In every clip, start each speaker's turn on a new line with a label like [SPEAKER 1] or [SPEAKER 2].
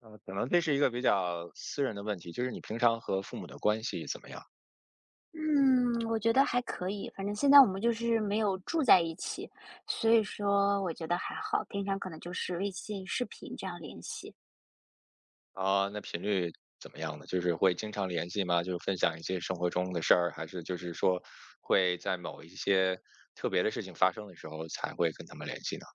[SPEAKER 1] 可能这是一个比较私人的问题，就是你平常和父母的关系怎么样？
[SPEAKER 2] 嗯，我觉得还可以，反正现在我们就是没有住在一起，所以说我觉得还好。平常可能就是微信视频这样联系。
[SPEAKER 1] 啊？那频率怎么样呢？就是会经常联系吗？就是分享一些生活中的事儿，还是就是说会在某一些特别的事情发生的时候才会跟他们联系呢？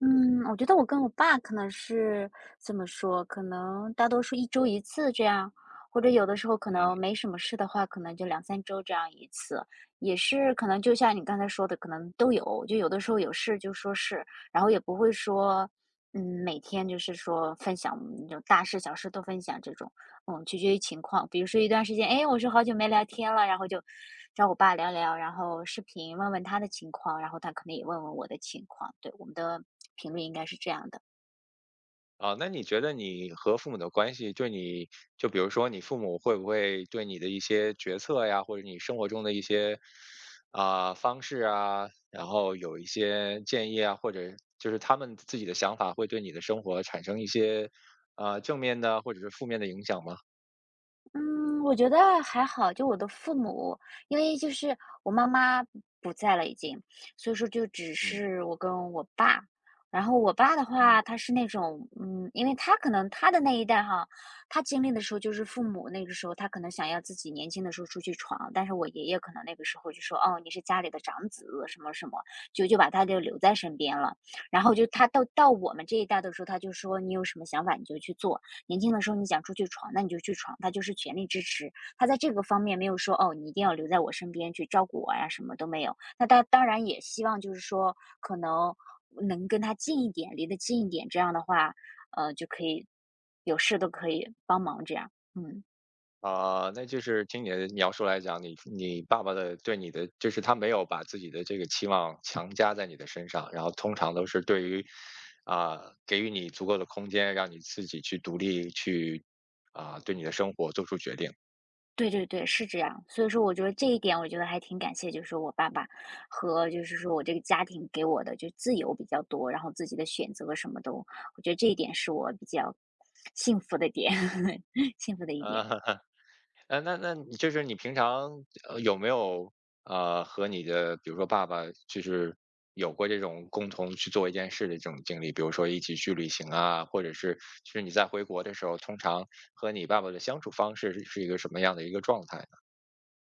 [SPEAKER 2] 嗯，我觉得我跟我爸可能是这么说，可能大多数一周一次这样，或者有的时候可能
[SPEAKER 1] 嗯。
[SPEAKER 2] 没什么事的话，可能就两三周这样一次，也是可能就像你刚才说的，可能都有，就有的时候有事就说事，然后也不会说，每天就是说分享就大事小事都分享这种。取决于情况。比如说一段时间，哎，我说好久没聊天了，然后就找我爸聊聊，然后视频问问他的情况，然后他可能也问问我的情况。对，我们的频率应该是这样的。
[SPEAKER 1] 啊，那你觉得你和父母的关系对你，就比如说你父母会不会对你的一些决策呀，或者你生活中的一些，方式啊，然后有一些建议啊，或者就是他们自己的想法会对你的生活产生一些正面的或者是负面的影响吗？
[SPEAKER 2] 嗯，我觉得还好，就我的父母，因为就是我妈妈不在了已经，所以说就只
[SPEAKER 1] 嗯
[SPEAKER 2] 是我跟我爸。然后我爸的话，
[SPEAKER 1] 嗯。
[SPEAKER 2] 他是那种，因为他可能他的那一代哈，他经历的时候就是父母那个时候，他可能想要自己年轻的时候出去闯，但是我爷爷可能那个时候就说，哦，你是家里的长子，什么什么，就把他就留在身边了。然后就他到我们这一代的时候，他就说你有什么想法你就去做，年轻的时候你想出去闯，那你就去闯，他就是全力支持。他在这个方面没有说哦，你一定要留在我身边去照顾我呀，什么都没有。那他当然也希望就是说，可能能跟他近一点，离得近一点，这样的话，就可以有事都可以帮忙这样。嗯。
[SPEAKER 1] 啊，那就是听你的描述来讲，你爸爸的对你的，就是他没有把自己的这个期望强加在你的身上，然后通常都是对于，啊，给予你足够的空间，让你自己去独立去，啊，对你的生活做出决定。
[SPEAKER 2] 对对对，是这样。所以说我觉得这一点，我觉得还挺感谢，就是我爸爸和就是说我这个家庭给我的就自由比较多，然后自己的选择什么都，我觉得这一点是我比较幸福的点，幸福的一点。
[SPEAKER 1] 啊。那你就是你平常，有没有，和你的比如说爸爸就是有过这种共同去做一件事的这种经历？比如说一起去旅行啊，或者是就是你在回国的时候，通常和你爸爸的相处方式是一个什么样的一个状态呢？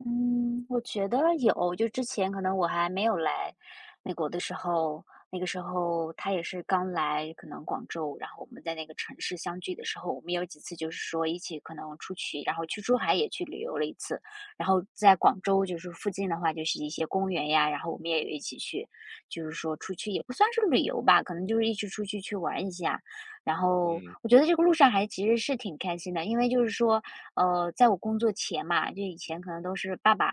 [SPEAKER 2] 嗯，我觉得有，就之前可能我还没有来美国的时候，那个时候他也是刚来，可能广州，然后我们在那个城市相聚的时候，我们有几次就是说一起可能出去，然后去珠海也去旅游了一次，然后在广州就是附近的话，就是一些公园呀，然后我们也有一起去，就是说出去也不算是旅游吧，可能就是一起出去去玩一下，然后
[SPEAKER 1] 嗯
[SPEAKER 2] 我觉得这个路上还其实是挺开心的，因为就是说。在我工作前嘛，就以前可能都是爸爸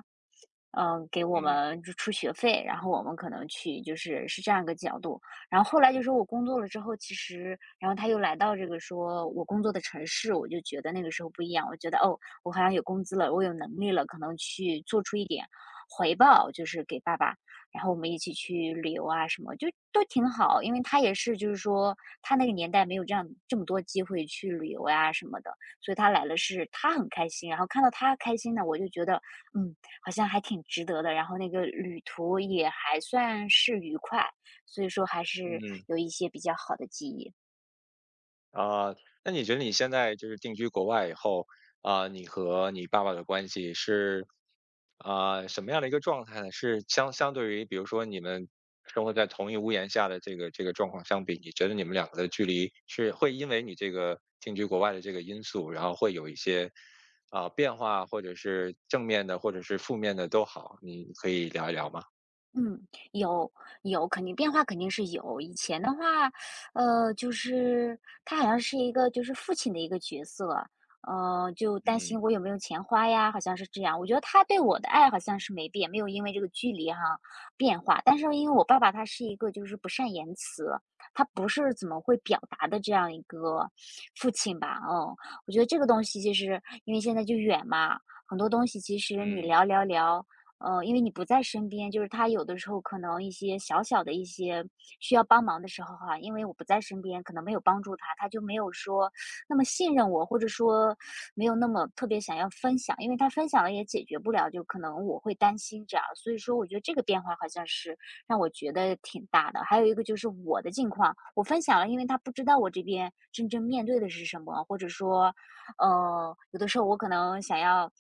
[SPEAKER 2] 给我
[SPEAKER 1] 嗯
[SPEAKER 2] 们就出学费，然后我们可能去，就是是这样一个角度。然后后来就说我工作了之后，其实，然后他又来到这个说我工作的城市，我就觉得那个时候不一样，我觉得哦，我好像有工资了，我有能力了，可能去做出一点回报，就是给爸爸。然后我们一起去旅游啊什么，就都挺好，因为他也是就是说他那个年代没有这样这么多机会去旅游呀、什么的，所以他来了是他很开心，然后看到他开心呢，我就觉得嗯。好像还挺值得的。然后那个旅途也还算是愉快，所以说还是
[SPEAKER 1] 嗯。
[SPEAKER 2] 有一些比较好的记忆。
[SPEAKER 1] 啊，那你觉得你现在就是定居国外以后，啊，你和你爸爸的关系是，啊，什么样的一个状态呢？是相对于，比如说你们生活在同一屋檐下的这个状况相比，你觉得你们两个的距离是会因为你这个定居国外的这个因素，然后会有一些啊变化，或者是正面的，或者是负面的都好，你可以聊一聊吗？
[SPEAKER 2] 嗯，有有，肯定变化肯定是有。以前的话，就是他好像是一个就是父亲的一个角色，就担
[SPEAKER 1] 嗯
[SPEAKER 2] 心我有没有钱花呀，好像是这样。我觉得他对我的爱好像是没变，没有因为这个距离哈变化。但是因为我爸爸他是一个就是不善言辞，他不是怎么会表达的这样一个父亲吧，我觉得这个东西其实因为现在就远嘛，很多东西其实你
[SPEAKER 1] 嗯
[SPEAKER 2] 聊聊聊。因为你不在身边，就是他有的时候可能一些小小的一些需要帮忙的时候哈，因为我不在身边，可能没有帮助他，他就没有说那么信任我，或者说没有那么特别想要分享，因为他分享了也解决不了，就可能我会担心这样，所以说我觉得这个变化好像是让我觉得挺大的。还有一个就是我的境况，我分享了，因为他不知道我这边真正面对的是什么，或者说有的时候我可能想要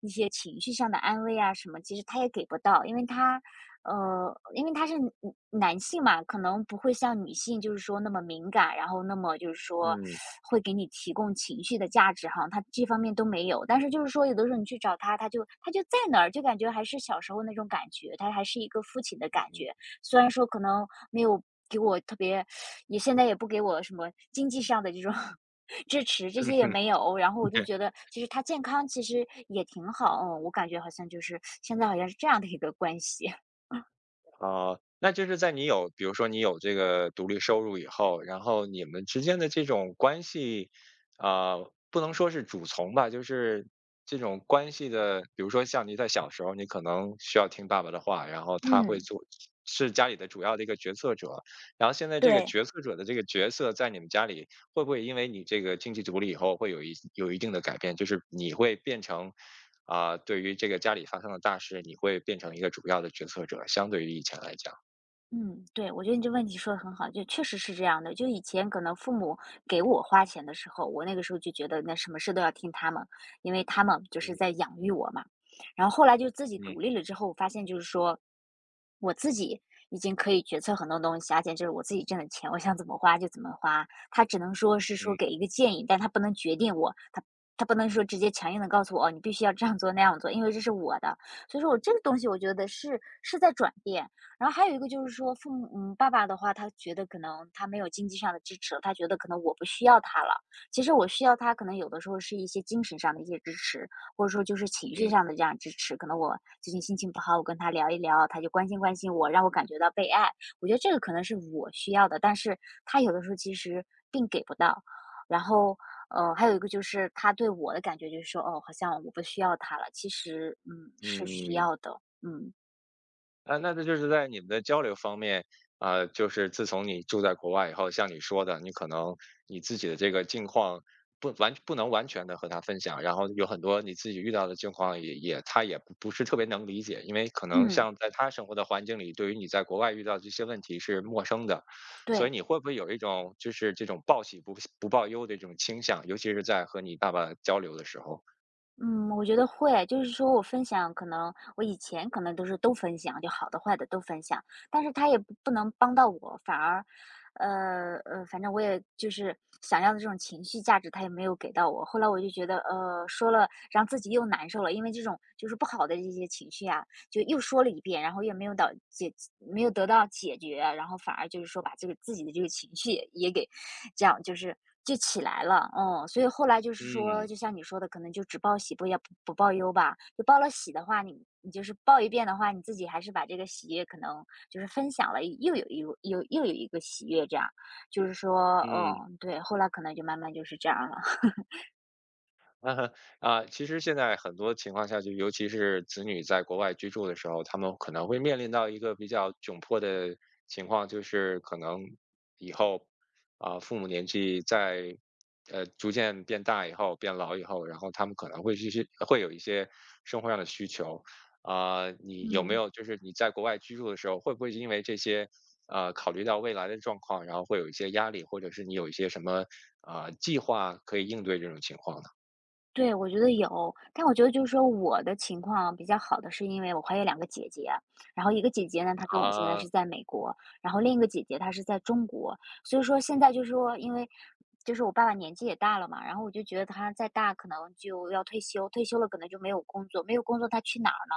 [SPEAKER 2] 一些情绪上的安慰啊什么，其实他也给不到，因为他，因为他是男性嘛，可能不会像女性就是说那么敏感，然后那么就是说
[SPEAKER 1] 嗯
[SPEAKER 2] 会给你提供情绪的价值哈，他这方面都没有。但是就是说，有的时候你去找他，他就在哪儿，就感觉还是小时候那种感觉，他还是一个父亲的感
[SPEAKER 1] 嗯。
[SPEAKER 2] 觉。虽然说可能没有给我特别也现在也不给我什么经济上的这种 支持，这些也没 有。然后我就觉得，其实他健康其实也挺好，我感觉好像就是现在好像是这样的一个关系。
[SPEAKER 1] 啊，那就是在你有比如说你有这个独立收入以后，然后你们之间的这种关系，啊，不能说是主从吧，就是这种关系的，比如说像你在小时候，你可能需要听爸爸的话，然后 他会
[SPEAKER 2] 嗯，
[SPEAKER 1] 做，是家里的主要的一个决策者，然后现在这个
[SPEAKER 2] 对。
[SPEAKER 1] 决策者的这个角色在你们家里会不会因为你这个经济独立以后会有一定的改变？就是你会变成啊、对于这个家里发生的大事，你会变成一个主要的决策者，相对于以前来讲。
[SPEAKER 2] 嗯，对，我觉得你这问题说的很好，就确实是这样的。就以前可能父母给我花钱的时候，我那个时候就觉得那什么事都要听他们，因为他们就是在
[SPEAKER 1] 嗯
[SPEAKER 2] 养育我嘛。然后后来就自己独
[SPEAKER 1] 嗯
[SPEAKER 2] 立了之后，我发现就是说，我自己已经可以决策很多东西，而且这是我自己挣的钱，我想怎么花就怎么花。他只能说是说给
[SPEAKER 1] 嗯
[SPEAKER 2] 一个建议，但他不能决定我，他不能说直接强硬的告诉我，哦，你必须要这样做那样做，因为这是我的。所以说我这个东西，我觉得是是在转变。然后还有一个就是说，父母爸爸的话，他觉得可能他没有经济上的支持，他觉得可能我不需要他了。其实我需要他，可能有的时候是一些精神上的一些支持，或者说就是情绪
[SPEAKER 1] 嗯
[SPEAKER 2] 上的这样支持。可能我最近心情不好，我跟他聊一聊，他就关心关心我，让我感觉到被爱。我觉得这个可能是我需要的，但是他有的时候其实并给不到。然后，还有一个就是他对我的感觉就是说，哦，好像我不需要他了。其实，是需
[SPEAKER 1] 嗯。
[SPEAKER 2] 要的。嗯
[SPEAKER 1] 啊，那这就是在你们的交流方面，啊，就是自从你住在国外以后，像你说的，你可能你自己的这个境况不能完全的和他分享，然后有很多你自己遇到的境况也他也不是特别能理解，因为可能
[SPEAKER 2] 嗯，
[SPEAKER 1] 像在他生活的环境里，对于你在国外遇到这些问题是陌生的，所以
[SPEAKER 2] 对。
[SPEAKER 1] 你会不会有一种就是这种报喜不报忧的这种倾向，尤其是在和你爸爸交流的时候？
[SPEAKER 2] 嗯，我觉得会，就是说我分享，可能我以前可能都是都分享，就好的坏的都分享，但是他也不能帮到我，反而，反正我也就是想要的这种情绪价值，他也没有给到我。后来我就觉得，说了让自己又难受了，因为这种就是不好的这些情绪啊，就又说了一遍，然后也没有得到解决，然后反而就是说把这个自己的这个情绪也给这样就是就起来了，所以后来就是说，
[SPEAKER 1] 嗯
[SPEAKER 2] 就像你说的，可能就只报喜不也不不报忧吧。就报了喜的话，你就是报一遍的话，你自己还是把这个喜悦可能就是分享了，又有一个又有一个喜悦，这样就是说，
[SPEAKER 1] 嗯。
[SPEAKER 2] 嗯，对，后来可能就慢慢就是这样了，
[SPEAKER 1] 嗯。啊，其实现在很多情况下，就尤其是子女在国外居住的时候，他们可能会面临到一个比较窘迫的情况，就是可能以后啊，父母年纪在逐渐变大以后、变老以后，然后他们可能会去会有一些生活上的需求啊，你有没
[SPEAKER 2] 嗯。
[SPEAKER 1] 有就是你在国外居住的时候，会不会因为这些？呃，考虑到未来的状况，然后会有一些压力，或者是你有一些什么啊计划可以应对这种情况呢？
[SPEAKER 2] 对，我觉得有，但我觉得就是说我的情况比较好的是因为我还有两个姐姐，然后一个姐姐呢，她跟我现在
[SPEAKER 1] 啊。
[SPEAKER 2] 是在美国，然后另一个姐姐她是在中国。所以说现在就是说，因为就是我爸爸年纪也大了嘛，然后我就觉得他再大可能就要退休，退休了可能就没有工作，没有工作他去哪儿呢？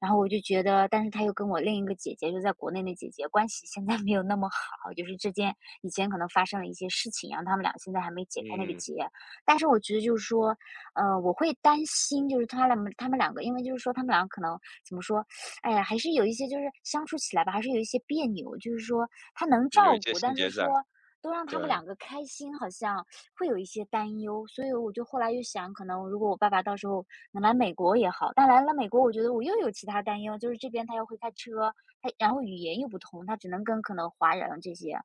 [SPEAKER 2] 然后我就觉得，但是她又跟我另一个姐姐，就在国内的姐姐，关系现在没有那么好，就是之间以前可能发生了一些事情，然后他们俩现在还没解开那个
[SPEAKER 1] 嗯，
[SPEAKER 2] 结。但是我觉得就是说，我会担心，就是他俩他们两个，因为就是说他们两个可能怎么说，哎呀，还是有一些就是相处起来吧，还是有一些别扭，就是说他能
[SPEAKER 1] 有
[SPEAKER 2] 照
[SPEAKER 1] 一些
[SPEAKER 2] 顾，
[SPEAKER 1] 心
[SPEAKER 2] 但是
[SPEAKER 1] 结在。
[SPEAKER 2] 说都让他们
[SPEAKER 1] 对。
[SPEAKER 2] 两个开心，好像会有一些担忧。所以我就后来又想，可能如果我爸爸到时候能来美国也好，但来了美国，我觉得我又有其他担忧，就是这边他又会开车，他然后语言又不同，他只能跟可能华人这些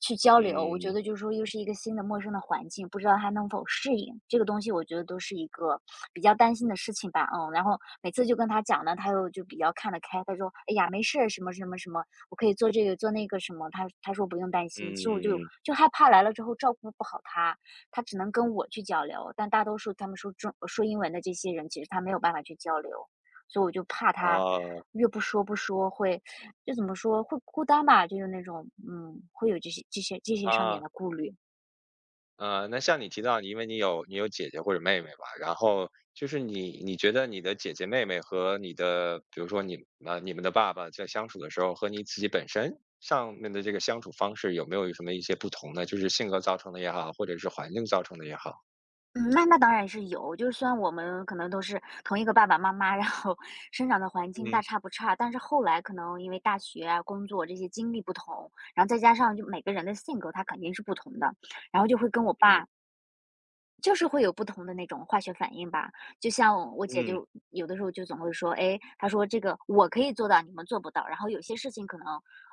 [SPEAKER 2] 去交流。我觉
[SPEAKER 1] 嗯。
[SPEAKER 2] 得就是说，又是一个新的陌生的环境，不知道他能否适应这个东西，我觉得都是一个比较担心的事情吧。嗯，然后每次就跟他讲呢，他又就比较看得开，他说：“哎呀，没事儿，什么什么什么。我可以做这个做那个什么。”他说：“不用担心。”其实我就
[SPEAKER 1] 嗯。
[SPEAKER 2] 就害怕来了之后照顾不好他，他只能跟我去交流，但大多数他们说中说英文的这些人，其实他没有办法去交流，所以我就怕他
[SPEAKER 1] 哦。
[SPEAKER 2] 越不说会就怎么说，会孤单吧，就是那种，嗯，会有这些上面
[SPEAKER 1] 啊。
[SPEAKER 2] 的顾虑。
[SPEAKER 1] 那像你提到，因为你有姐姐或者妹妹吧，然后就是你觉得你的姐姐妹妹和你的，比如说你呃，你们的爸爸在相处的时候，和你自己本身上面的这个相处方式有没有什么一些不同呢？就是性格造成的也好，或者是环境造成的也好。
[SPEAKER 2] 嗯，那当然是有，就是虽然我们可能都是同一个爸爸妈妈，然后生长的环境
[SPEAKER 1] 嗯。
[SPEAKER 2] 大差不差，但是后来可能因为大学啊、工作这些经历不同，然后再加上就每个人的性格他肯定是不同的，然后就会跟我
[SPEAKER 1] 嗯。
[SPEAKER 2] 爸就是会有不同的那种化学反应吧。就像我姐
[SPEAKER 1] 嗯。
[SPEAKER 2] 就有的时候就总会说，哎，她说这个我可以做到，你们做不到。然后有些事情可能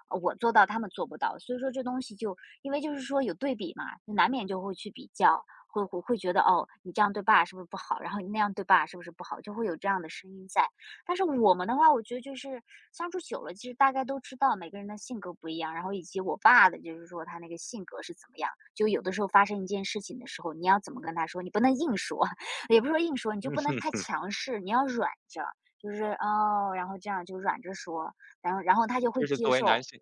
[SPEAKER 2] 我做到，他们做不到。所以说这东西就因为就是说有对比嘛，就难免就会去比较，会觉得哦，你这样对爸是不是不好？然后你那样对爸是不是不好？就会有这样的声音在。但是我们的话，我觉得就是相处久了，其实大概都知道每个人的性格不一样，然后以及我爸的就是说他那个性格是怎么样。就有的时候发生一件事情的时候，你要怎么跟他说？你不能硬说，也不是说硬说，你就不能太强势，你要软着，就是哦，然后这样就软着说，然后他就会
[SPEAKER 1] 就是
[SPEAKER 2] 接
[SPEAKER 1] 作为男
[SPEAKER 2] 受。
[SPEAKER 1] 性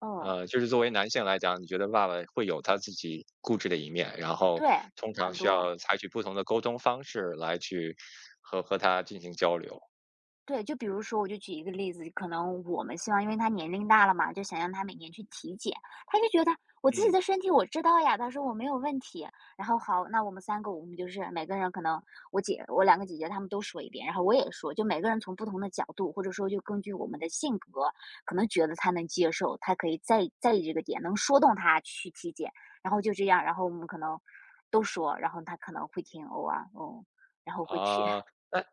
[SPEAKER 2] 嗯，
[SPEAKER 1] 就是作为男性来讲，你觉得爸爸会有他自己固执的一面，然后
[SPEAKER 2] 对，
[SPEAKER 1] 通常
[SPEAKER 2] 很
[SPEAKER 1] 需
[SPEAKER 2] 多。
[SPEAKER 1] 要采取不同的沟通方式来去和他进行交流。
[SPEAKER 2] 对，就比如说，我就举一个例子，可能我们希望，因为他年龄大了嘛，就想让他每年去体检。他就觉得我自己
[SPEAKER 1] 嗯。
[SPEAKER 2] 的身体我知道呀，他说我没有问题。然后好，那我们三个，我们就是每个人可能我姐、我两个姐姐她们都说一遍，然后我也说，就每个人从不同的角度，或者说就根据我们的性格，可能觉得他能接受，他可以在意这个点，能说动他去体检。然后就这样，然后我们可能都说，然后他可能会听，偶尔哦，然后会去，
[SPEAKER 1] 啊，那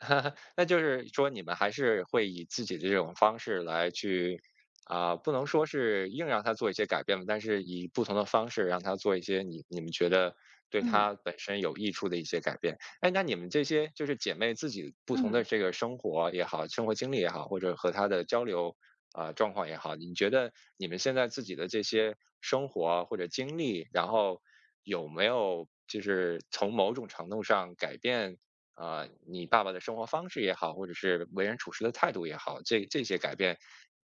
[SPEAKER 1] 那就是说你们还是会以自己的这种方式来去，啊、不能说是硬让他做一些改变吧，但是以不同的方式让他做一些你们觉得对
[SPEAKER 2] 嗯
[SPEAKER 1] 他本身有益处的一些改变。哎，那你们这些就是姐妹自己不同的
[SPEAKER 2] 嗯。
[SPEAKER 1] 这个生活也好，生活经历也好，或者和他的交流啊、状况也好，你觉得你们现在自己的这些生活啊或者经历，然后有没有就是从某种程度上改变？啊，你爸爸的生活方式也好，或者是为人处事的态度也好，这这些改变，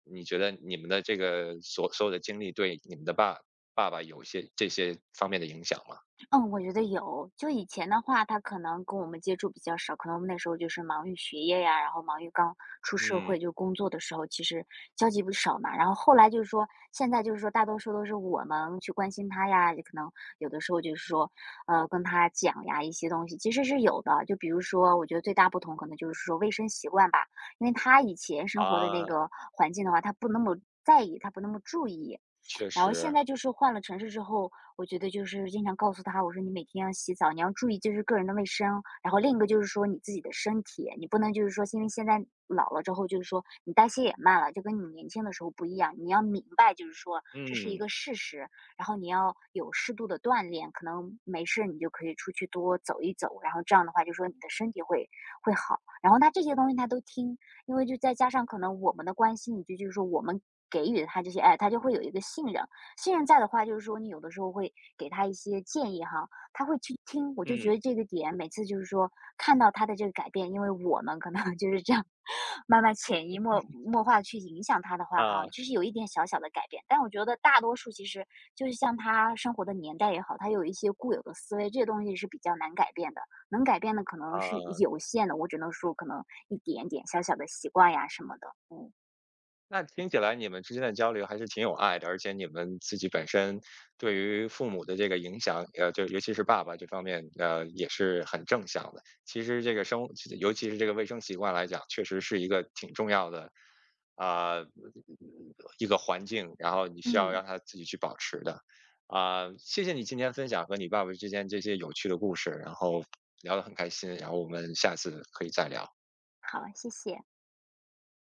[SPEAKER 1] 你觉得你们的这个所有的经历对你们的爸爸有一些这些方面的影响吗？
[SPEAKER 2] 嗯，我觉得有。就以前的话，他可能跟我们接触比较少，可能我们那时候就是忙于学业呀，然后忙于刚出社
[SPEAKER 1] 嗯。
[SPEAKER 2] 会就工作的时候，其实交集不少嘛。然后后来就是说，现在就是说，大多数都是我们去关心他呀，也可能有的时候就是说，跟他讲呀一些东西，其实是有的。就比如说，我觉得最大不同可能就是说卫生习惯吧，因为他以前生活的那
[SPEAKER 1] 啊，
[SPEAKER 2] 个环境的话，他不那么在意，他不那么注意。
[SPEAKER 1] 确
[SPEAKER 2] 然后现
[SPEAKER 1] 实。
[SPEAKER 2] 在就是换了城市之后，我觉得就是经常告诉他，我说你每天要洗澡，你要注意就是个人的卫生，然后另一个就是说你自己的身体，你不能就是说因为现在老了之后，就是说你代谢也慢了，就跟你年轻的时候不一样，你要明白就是说这是一
[SPEAKER 1] 嗯
[SPEAKER 2] 个事实，然后你要有适度的锻炼，可能没事你就可以出去多走一走，然后这样的话就说你的身体会好，然后他这些东西他都听，因为就再加上可能我们的关心，以及就是说我们。给予他这些爱，他就会有一个信任。现在的话就是说，你有的时候会给他一些建议哈，他会去听。我就觉
[SPEAKER 1] 嗯。
[SPEAKER 2] 得这个点，每次就是说看到他的这个改变，因为我们可能 就是这样，慢慢潜移默默化去影响他的话哈，
[SPEAKER 1] 啊
[SPEAKER 2] 就是有一点小小的改变。但我觉得大多数其实就是像他生活的年代也好，他有一些固有的思维，这些东西是比较难改变的。能改变的可能是
[SPEAKER 1] 啊。
[SPEAKER 2] 有限的，我只能说可能一点点小小的习惯呀什么的。嗯
[SPEAKER 1] 那听起来你们之间的交流还是挺有爱的，而且你们自己本身对于父母的这个影响，就尤其是爸爸这方面，也是很正向的。其实这个生，尤其是这个卫生习惯来讲，确实是一个挺重要的，啊、一个环境，然后你需要
[SPEAKER 2] 嗯，
[SPEAKER 1] 让他自己去保持的。啊、谢谢你今天分享和你爸爸之间这些有趣的故事，然后聊得很开心，然后我们下次可以再聊。
[SPEAKER 2] 好，谢谢。